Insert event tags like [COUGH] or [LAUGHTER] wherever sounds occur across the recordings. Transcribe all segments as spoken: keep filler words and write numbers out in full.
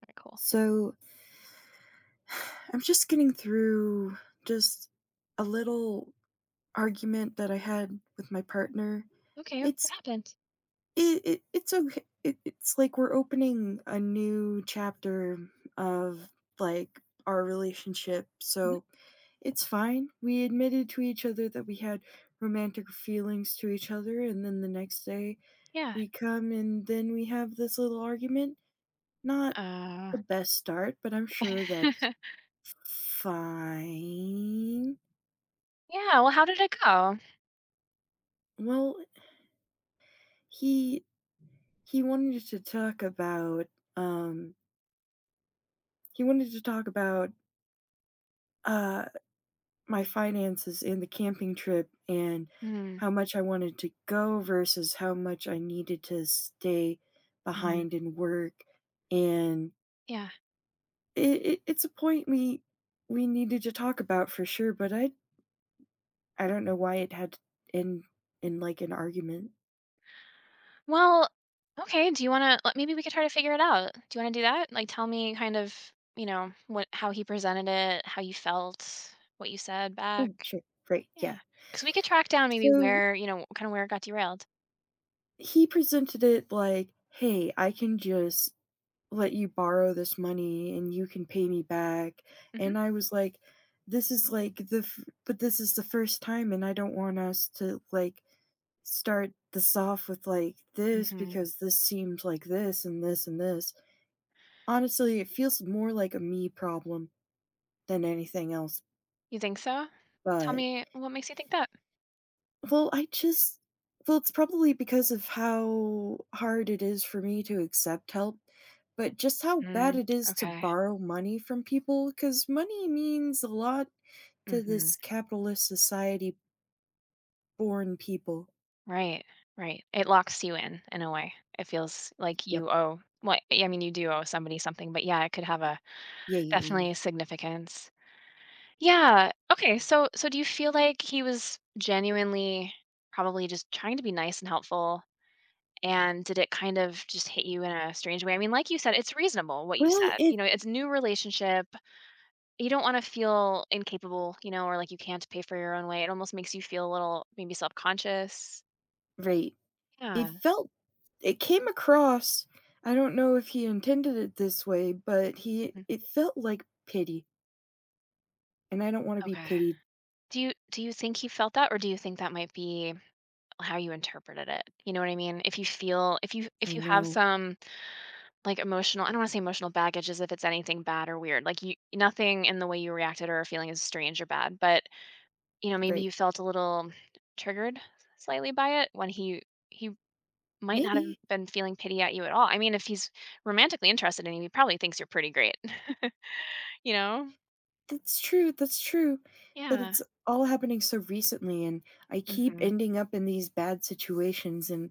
Very cool. So [SIGHS] I'm just getting through just a little argument that I had with my partner. Okay, what It's happened? it, it it's okay. It, it's like we're opening a new chapter of like our relationship. Mhm. So it's fine. We admitted to each other that we had romantic feelings to each other and then the next day Yeah. we come and then we have this little argument. Not Uh, the best start, but I'm sure that's [LAUGHS] fine. yeah. Well, how did it go? Well, he he wanted to talk about, um he wanted to talk about, uh, my finances and the camping trip and Mm, how much I wanted to go versus how much I needed to stay mhm. behind and work, and Yeah. it it it's a point we we needed to talk about for sure, but I I don't know why it had in in, like, an argument. Well, okay. Do you want to? Maybe we could try to figure it out. Do you want to do that? Like, tell me kind of, you know, what how he presented it, how you felt, what you said Oh, back. sure. Great, Yeah. yeah. Because we could track down maybe So where you know kind of where it got derailed. he presented it like, "Hey, I can just let you borrow this money and you can pay me back." Hmm. And I was like, "This is like the f- but this is the first time and I don't want us to like start this off with like this Hmm. because this seems like this and this and this." Honestly, it feels more like a me problem than anything else, You think so? Tell but me what makes you think that. well, I just well, it's probably because of how hard it is for me to accept help, but just how bad Mm, it is to okay. borrow money from people, because money means a lot to this capitalist society born people. Right, right. It locks you in in a way. It feels like Yep. you owe well, I mean, you do owe somebody something, but yeah, it could have a Yeah, yeah, yeah, yeah. definitely a significance. Yeah. Okay. So, so do you feel like he was genuinely probably just trying to be nice and helpful? And did it kind of just hit you in a strange way? I mean, like you said, it's reasonable what you Well, said. You it know, it's a new relationship. You don't want to feel incapable, you know, or like you can't pay for your own way. It almost makes you feel a little maybe self conscious. right. It Yeah. felt it came across, I don't know if he intended it this way, but he Mm, it felt like pity, and I don't want to be okay. pitied. Do you do you think he felt that, or do you think that might be how you interpreted it? You know what I mean? If you feel if you if I you have know. some, like, emotional I don't wanna say emotional baggage as if it's anything bad or weird, like, you nothing in the way you reacted or feeling is strange or bad, but, you know, maybe Right. you felt a little triggered slightly by it when he he might not have Maybe. been feeling pity at you at all. I mean, if he's romantically interested in you, he probably thinks you're pretty great. [LAUGHS] You know? That's true, that's true, but Yeah. it's all happening so recently, and I keep Mhm. ending up in these bad situations, and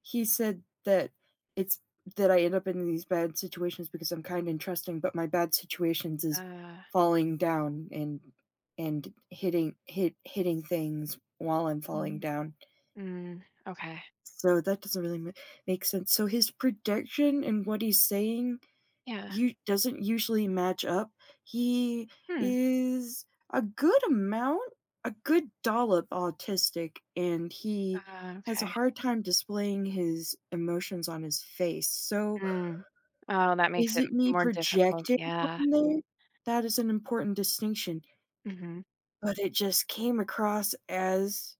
he said that it's that I end up in these bad situations because I'm kind and trusting, but my bad situations is Uh, falling down and and hitting hit hitting things while I'm falling mhm. down. Mm, okay. So that doesn't really ma- make sense. So his prediction and what he's saying Yeah. you doesn't usually match up. He Hmm. is a good amount a good dollop autistic, and he Ah, has a okay. hard time displaying his emotions on his face, so Mm. Oh, that makes is it it me more difficult, projecting yeah. on there? That is an important distinction, Mhm. but it just came across as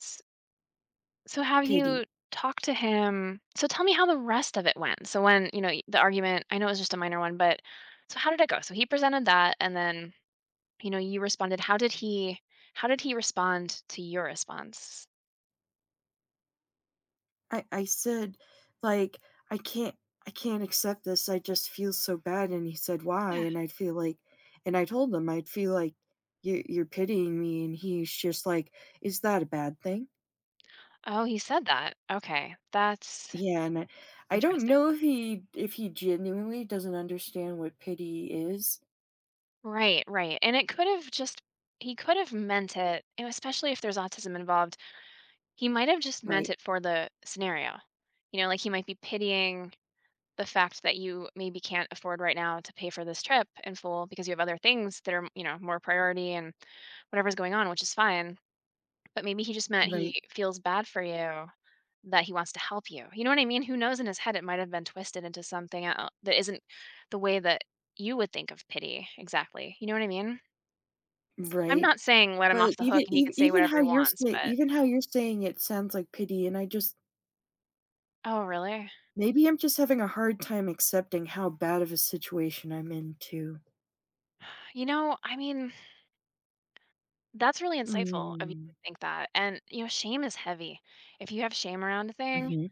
S so have pity. you talked to him so tell me how the rest of it went. So when, you know, y the argument I know it was just a minor one, but so how did it go? So he presented that, and then, you know, you responded. How did he how did he respond to your response? I I said, like, "I can't I can't accept this, I just feel so bad," and he said, "Why?" Yeah. And I feel like and I told him, "I'd feel like you you're pitying me," and he's just like, "Is that a bad thing?" Oh, he said that. Okay. That's Yeah, and I I don't interesting. know if he if he genuinely doesn't understand what pity is. Right, right, and it could've just he could've meant it, you know, especially if there's autism involved. He might have just meant Right, it for the scenario. You know, like, he might be pitying the fact that you maybe can't afford right now to pay for this trip in full because you have other things that are, you know, more priority and whatever's going on, which is fine, but maybe he just meant he right, feels bad for you, that he wants to help you. You know what I mean? Who knows in his head, it might have been twisted into something el that isn't the way that you would think of pity exactly. You know what I mean? I'm right. not saying let him But off the even hook and he could ev say even whatever how he you're wants, say but even how you're saying it sounds like pity, and I just oh, really? [SIGHS] maybe I'm just having a hard time accepting how bad of a situation I'm in too. You know, I mean that's really insightful of you to Mm, think that. And, you know, shame is heavy. If you have shame around a thing, mhm.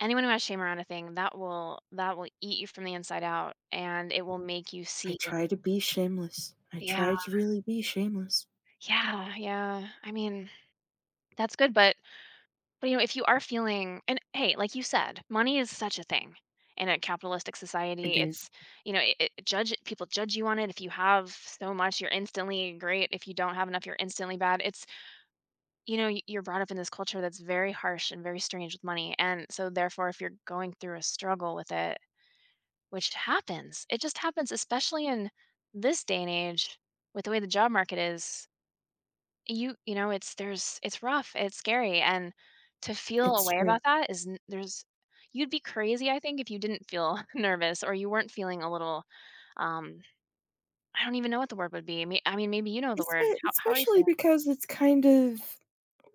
anyone who has shame around a thing, that will that will eat you from the inside out and it will make you I see try to be shameless. I yeah, try to really be shameless. yeah, yeah. I mean, that's good, but but you know, if you are feeling and hey, like you said, money is such a thing in a capitalistic It society. is. It's you know, it, it judge people judge you on it. If you have so much, you're instantly great. If you don't have enough, you're instantly bad. It's you know, y- you're brought up in this culture that's very harsh and very strange with money. And so, therefore, if you're going through a struggle with it, which happens, it just happens, especially in this day and age with the way the job market is. You, you know, it's there's, it's rough, it's scary. And to feel a It's way true. about that is n- there's, you'd be crazy, I think, if you didn't feel [LAUGHS] nervous or you weren't feeling a little, um, I don't even know what the word would be. May- I mean, maybe you know the word. Espe How, how are you especially feeling? because it's kind of,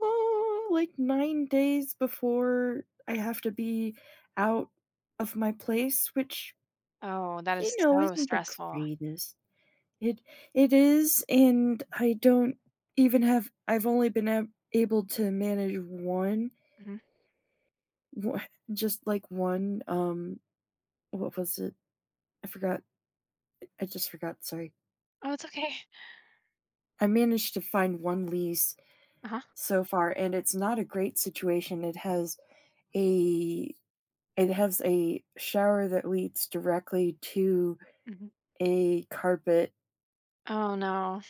oh, like nine days before I have to be out of my place, which, Oh, that you is know, so isn't the stressful. greatest. It it is, and I don't even have I've only been ab able to manage one, Mhm. wha just like one, um, what was it? I forgot. I just forgot, sorry. Oh, it's okay. I managed to find one lease Uh-huh. so far, and it's not a great situation. It has a it has a shower that leads directly to Mhm. a carpet. Oh no,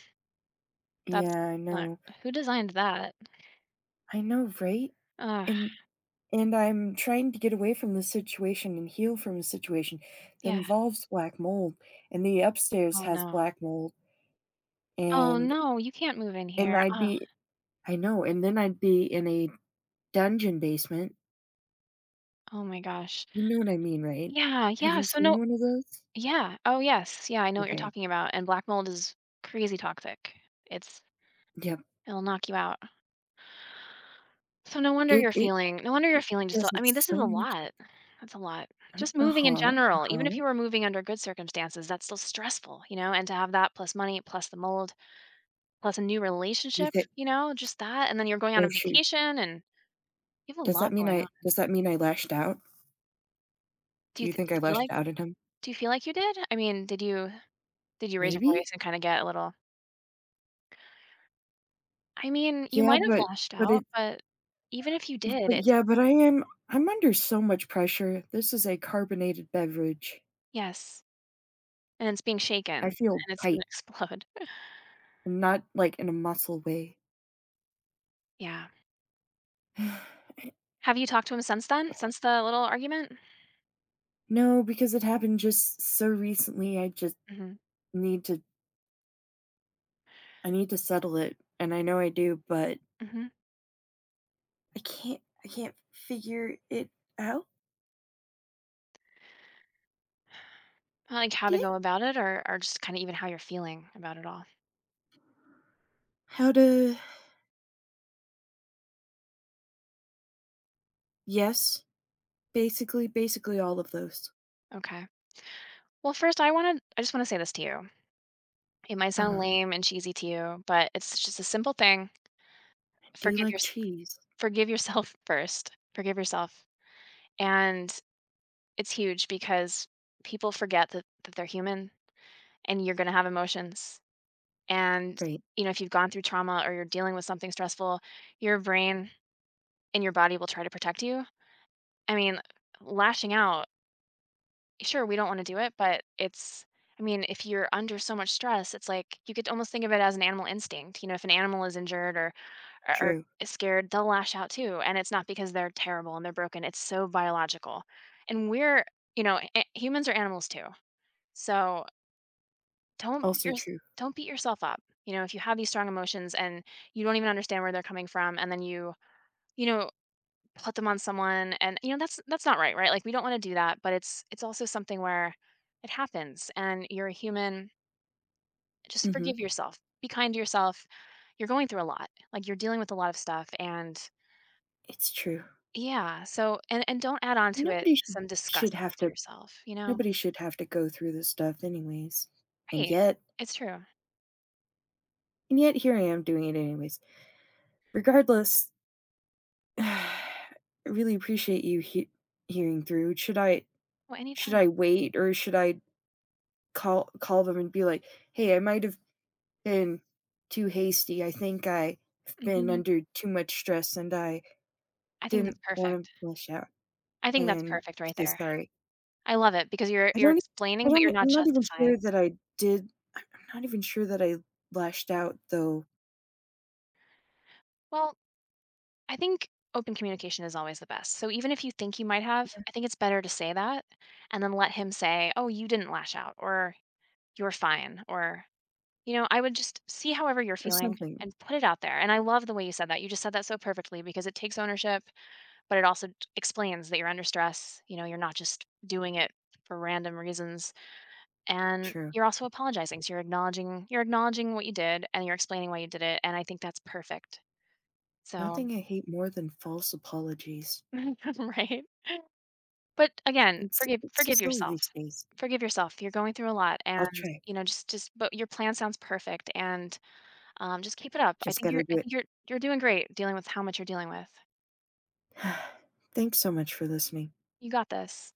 that's Yeah, I not know. who designed that? I know, right? Ugh, And and I'm trying to get away from the situation and heal from a situation that yeah. involves black mold, and the upstairs Oh has no. black mold, Oh and no, you can't move in and here. I'd Oh, be I know, and then I'd be in a dungeon basement. oh my gosh. You know what I mean, right? Yeah, Have yeah, you so no seen one of those? yeah. Oh yes, yeah, I know what you're Okay. talking about, and black mold is crazy toxic. It's Yep. it'll knock you out. So no wonder It you're it feeling no wonder you're feeling it just a does I it mean, this is a so much lot. like That's a lot. Just moving in uh-huh, general, even if uh-huh. you were moving under good circumstances, that's still stressful, you know, and to have that plus money plus the mold plus a new You relationship, think, you know, just that, and then you're going on "Oh, a shoot. vacation, and you have a Does that lot mean going I on. does that mean I lashed out? Do Do you you th do think you I feel lashed like out at him?" do you feel like you did? I mean, did you did you raise your Maybe? voice and kinda get a little I mean, you Yeah, might have but lashed but out, it but even if you did, but it's yeah, but I am I'm under so much pressure. This is a carbonated beverage. yes, and it's being shaken, I and feel it's gonna tight, explode. [LAUGHS] and not, like, in a muscle way. Yeah. [SIGHS] Have you talked to him since then? Since the little argument? No, because it happened just so recently, I just Mhm, need to I need to settle it, and I know I do, but mhm. I can't I can't figure it out. Like, how to Yeah. go about it or or just kinda even how you're feeling about it all? How to yes, basically basically all of those. Okay. Well, first, I wanna I just wanna say this to you. It might sound Uh-huh. lame and cheesy to you, but it's just a simple thing. I do Forgive your like cheese. Forgive yourself [LAUGHS] first. Forgive yourself. And it's huge because people forget that, that they're human and you're going to have emotions. And Right. you know, if you've gone through trauma or you're dealing with something stressful, your brain and your body will try to protect you. I mean, lashing out sure, we don't want to do it, but it's I mean, if you're under so much stress, it's like you could almost think of it as an animal instinct. You know, if an animal is injured or or or True. is scared, they'll lash out too, and it's not because they're terrible and they're broken. It's so biological. And we're, you know, a- humans are animals too. So, don't beat Also your true. don't beat yourself up. You know, if you have these strong emotions and you don't even understand where they're coming from and then you, you know, put them on someone and you know that's that's not right right like we don't want to do that but it's it's also something where it happens and you're a human just forgive Mhm. yourself be kind to yourself you're going through a lot like you're dealing with a lot of stuff and It's true. yeah so and and don't add on to it Nobody should some disgust should have to to yourself you know nobody should have to go through this stuff anyways. And right yet it's true and yet here I am doing it anyways. Regardless, [SIGHS] I really appreciate you he- hearing through. Should I well should anytime I wait or should I call call them and be like, "Hey, I might have been too hasty. I think I've been hmm under too much stress, and I I think that's didn't want perfect to lash out I think that's and perfect right say there sorry." I love it because you're I you're don't e- I explaining but don't you're e- not I'm not even justifying sure that I did I- I'm not even sure that I lashed out, though, well I think open communication is always the best. So even if you think you might have, I think it's better to say that and then let him say, "Oh, you didn't lash out," or "You're fine," or you know, I would just see however you're or feeling something. and put it out there. And I love the way you said that. You just said that so perfectly because it takes ownership, but it also t- explains that you're under stress. You know, you're not just doing it for random reasons. And True. you're also apologizing. So you're acknowledging you're acknowledging what you did and you're explaining why you did it. And I think that's perfect. So Nothing I hate more than false apologies. [LAUGHS] right. But again, It's forgive it's so forgive silly these yourself. days. Forgive yourself. You're going through a lot I'll and, try. you know, just just but your plan sounds perfect and, um, just keep it up. I Just think gotta you're I do it. think you're you're doing great dealing with how much you're dealing with. [SIGHS] Thanks so much for listening. You got this.